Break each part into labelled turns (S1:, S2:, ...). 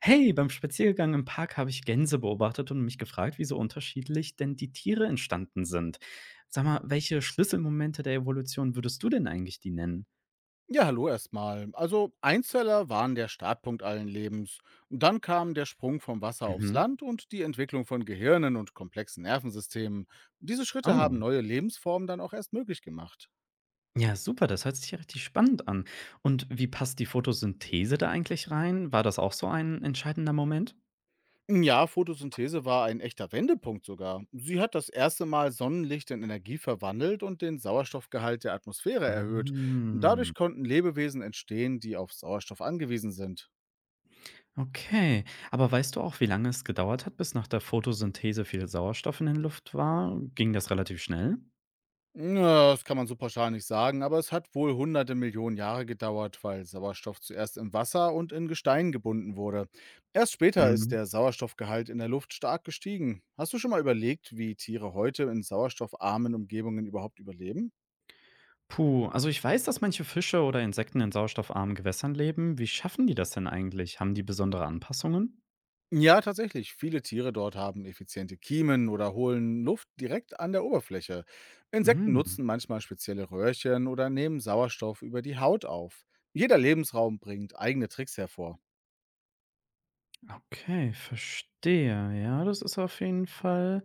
S1: Hey, beim Spaziergang im Park habe ich Gänse beobachtet und mich gefragt, wie so unterschiedlich denn die Tiere entstanden sind. Sag mal, welche Schlüsselmomente der Evolution würdest du denn eigentlich die nennen?
S2: Ja, hallo erstmal. Also Einzeller waren der Startpunkt allen Lebens. Dann kam der Sprung vom Wasser aufs
S1: Mhm.
S2: Land und die Entwicklung von Gehirnen und komplexen Nervensystemen. Diese Schritte
S1: Oh.
S2: haben neue Lebensformen dann auch erst möglich gemacht.
S1: Ja, super, das hört sich ja richtig spannend an. Und wie passt die Photosynthese da eigentlich rein? War das auch so ein entscheidender Moment?
S2: Ja, Photosynthese war ein echter Wendepunkt sogar. Sie hat das erste Mal Sonnenlicht in Energie verwandelt und den Sauerstoffgehalt der Atmosphäre erhöht.
S1: Mm,
S2: Dadurch konnten Lebewesen entstehen, die auf Sauerstoff angewiesen sind.
S1: Okay, aber weißt du auch, wie lange es gedauert hat, bis nach der Photosynthese viel Sauerstoff in der Luft war? Ging das relativ schnell?
S2: Ja, das kann man so pauschal nicht sagen, aber es hat wohl hunderte Millionen Jahre gedauert, weil Sauerstoff zuerst im Wasser und in Gestein gebunden wurde. Erst später ist der Sauerstoffgehalt in der Luft stark gestiegen. Hast du schon mal überlegt, wie Tiere heute in sauerstoffarmen Umgebungen überhaupt überleben?
S1: Puh, also ich weiß, dass manche Fische oder Insekten in sauerstoffarmen Gewässern leben. Wie schaffen die das denn eigentlich? Haben die besondere Anpassungen?
S2: Ja, tatsächlich. Viele Tiere dort haben effiziente Kiemen oder holen Luft direkt an der Oberfläche. Insekten
S1: Mhm.
S2: nutzen manchmal spezielle Röhrchen oder nehmen Sauerstoff über die Haut auf. Jeder Lebensraum bringt eigene Tricks hervor.
S1: Okay, verstehe. Ja, das ist auf jeden Fall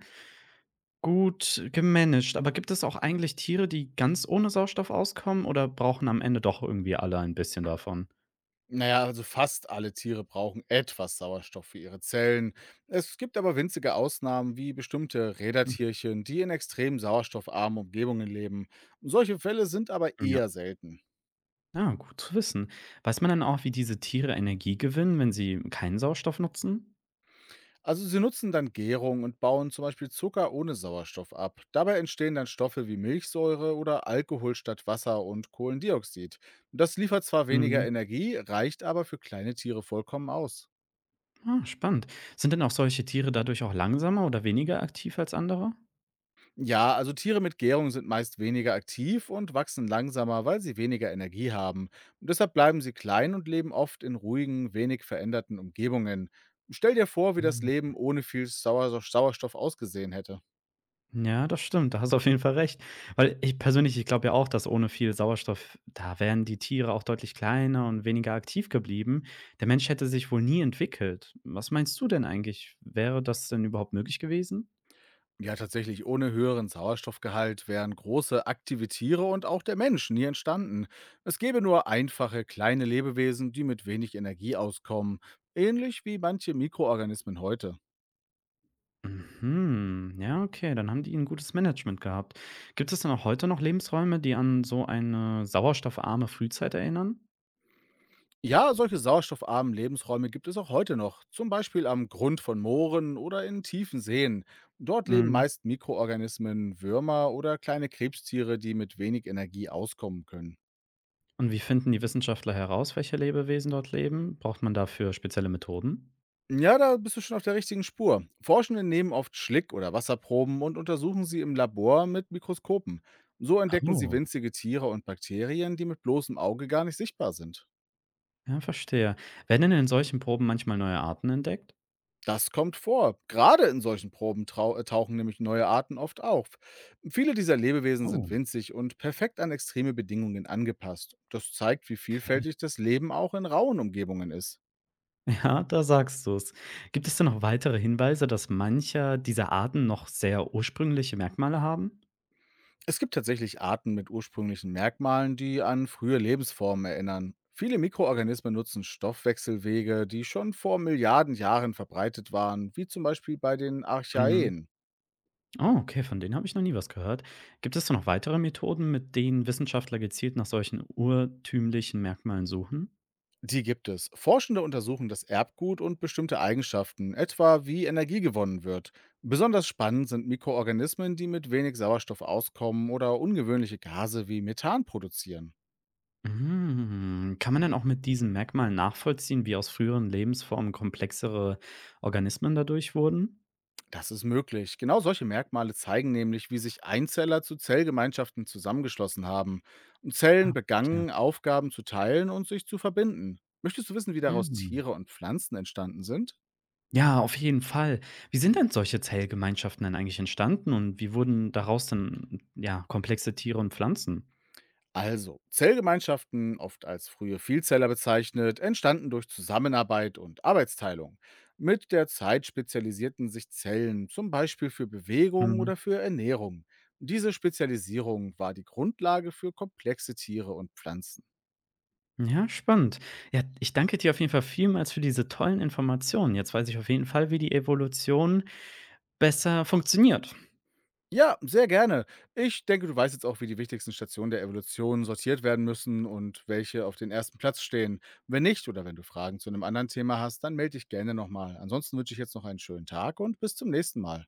S1: gut gemanagt. Aber gibt es auch eigentlich Tiere, die ganz ohne Sauerstoff auskommen oder brauchen am Ende doch irgendwie alle ein bisschen davon?
S2: Na ja, also fast alle Tiere brauchen etwas Sauerstoff für ihre Zellen. Es gibt aber winzige Ausnahmen wie bestimmte Rädertierchen, die in extrem sauerstoffarmen Umgebungen leben. Solche Fälle sind aber
S1: Hm. Ja.
S2: eher selten.
S1: Ah, gut zu wissen. Weiß man dann auch, wie diese Tiere Energie gewinnen, wenn sie keinen Sauerstoff nutzen?
S2: Also sie nutzen dann Gärung und bauen zum Beispiel Zucker ohne Sauerstoff ab. Dabei entstehen dann Stoffe wie Milchsäure oder Alkohol statt Wasser und Kohlendioxid. Das liefert zwar weniger Energie, reicht aber für kleine Tiere vollkommen aus.
S1: Ah, spannend. Sind denn auch solche Tiere dadurch auch langsamer oder weniger aktiv als andere?
S2: Ja, also Tiere mit Gärung sind meist weniger aktiv und wachsen langsamer, weil sie weniger Energie haben. Und deshalb bleiben sie klein und leben oft in ruhigen, wenig veränderten Umgebungen. Stell dir vor, wie das
S1: Mhm.
S2: Leben ohne viel Sauerstoff ausgesehen hätte.
S1: Ja, das stimmt. Da hast du auf jeden Fall recht. Weil ich persönlich, ich glaube ja auch, dass ohne viel Sauerstoff, da wären die Tiere auch deutlich kleiner und weniger aktiv geblieben. Der Mensch hätte sich wohl nie entwickelt. Was meinst du denn eigentlich? Wäre das denn überhaupt möglich gewesen?
S2: Ja, tatsächlich, ohne höheren Sauerstoffgehalt wären große, aktive Tiere und auch der Mensch nie entstanden. Es gäbe nur einfache, kleine Lebewesen, die mit wenig Energie auskommen, ähnlich wie manche Mikroorganismen heute.
S1: Mhm. Ja, okay, dann haben die ein gutes Management gehabt. Gibt es denn auch heute noch Lebensräume, die an so eine sauerstoffarme Frühzeit erinnern?
S2: Ja, solche sauerstoffarmen Lebensräume gibt es auch heute noch, zum Beispiel am Grund von Mooren oder in tiefen Seen. Dort leben meist Mikroorganismen, Würmer oder kleine Krebstiere, die mit wenig Energie auskommen können.
S1: Und wie finden die Wissenschaftler heraus, welche Lebewesen dort leben? Braucht man dafür spezielle Methoden?
S2: Ja, da bist du schon auf der richtigen Spur. Forschende nehmen oft Schlick- oder Wasserproben und untersuchen sie im Labor mit Mikroskopen. So entdecken sie
S1: Oh,
S2: winzige Tiere und Bakterien, die mit bloßem Auge gar nicht sichtbar sind.
S1: ja, verstehe. Werden denn in solchen Proben manchmal neue Arten entdeckt?
S2: Das kommt vor. Gerade in solchen Proben trau tauchen nämlich neue Arten oft auf. Viele dieser Lebewesen
S1: Oh,
S2: sind winzig und perfekt an extreme Bedingungen angepasst. Das zeigt, wie
S1: ver-
S2: vielfältig das Leben auch in rauen Umgebungen ist.
S1: ja, da sagst du es. Gibt es denn noch weitere Hinweise, dass manche dieser Arten noch sehr ursprüngliche Merkmale haben?
S2: Es gibt tatsächlich Arten mit ursprünglichen Merkmalen, die an frühe Lebensformen erinnern. Viele Mikroorganismen nutzen Stoffwechselwege, die schon vor Milliarden Jahren verbreitet waren, wie zum Beispiel bei den
S1: Mhm.
S2: Archaeen.
S1: Oh, okay, von denen habe ich noch nie was gehört. Gibt es denn noch weitere Methoden, mit denen Wissenschaftler gezielt nach solchen urtümlichen Merkmalen suchen?
S2: Die gibt es. Forschende untersuchen das Erbgut und bestimmte Eigenschaften, etwa wie Energie gewonnen wird. Besonders spannend sind Mikroorganismen, die mit wenig Sauerstoff auskommen oder ungewöhnliche Gase wie Methan produzieren.
S1: Hm, kann man denn auch mit diesem Merkmal nachvollziehen, wie aus früheren Lebensformen komplexere Organismen dadurch wurden?
S2: Das ist möglich. Genau solche Merkmale zeigen nämlich, wie sich Einzeller zu Zellgemeinschaften zusammengeschlossen haben. Und
S1: Ah,
S2: Zellen
S1: verstehe.
S2: begannen, Aufgaben zu teilen und sich zu verbinden. Möchtest du wissen, wie daraus
S1: Mhm.
S2: Tiere und Pflanzen entstanden sind?
S1: Ja, auf jeden Fall. Wie sind denn solche Zellgemeinschaften denn eigentlich entstanden und wie wurden daraus denn, ja, komplexe Tiere und Pflanzen?
S2: Also, Zellgemeinschaften, oft als frühe Vielzeller bezeichnet, entstanden durch Zusammenarbeit und Arbeitsteilung. Mit der Zeit spezialisierten sich Zellen, zum Beispiel für Bewegung
S1: Mhm.
S2: oder für Ernährung. Diese Spezialisierung war die Grundlage für komplexe Tiere und Pflanzen.
S1: Ja, spannend. Ja, ich danke dir auf jeden Fall vielmals für diese tollen Informationen. Jetzt weiß ich auf jeden Fall, wie die Evolution besser funktioniert.
S2: Ja, sehr gerne. Ich denke, du weißt jetzt auch, wie die wichtigsten Stationen der Evolution sortiert werden müssen und welche auf den ersten Platz stehen. Wenn nicht oder wenn du Fragen zu einem anderen Thema hast, dann melde dich gerne nochmal. Ansonsten wünsche ich jetzt noch einen schönen Tag und bis zum nächsten Mal.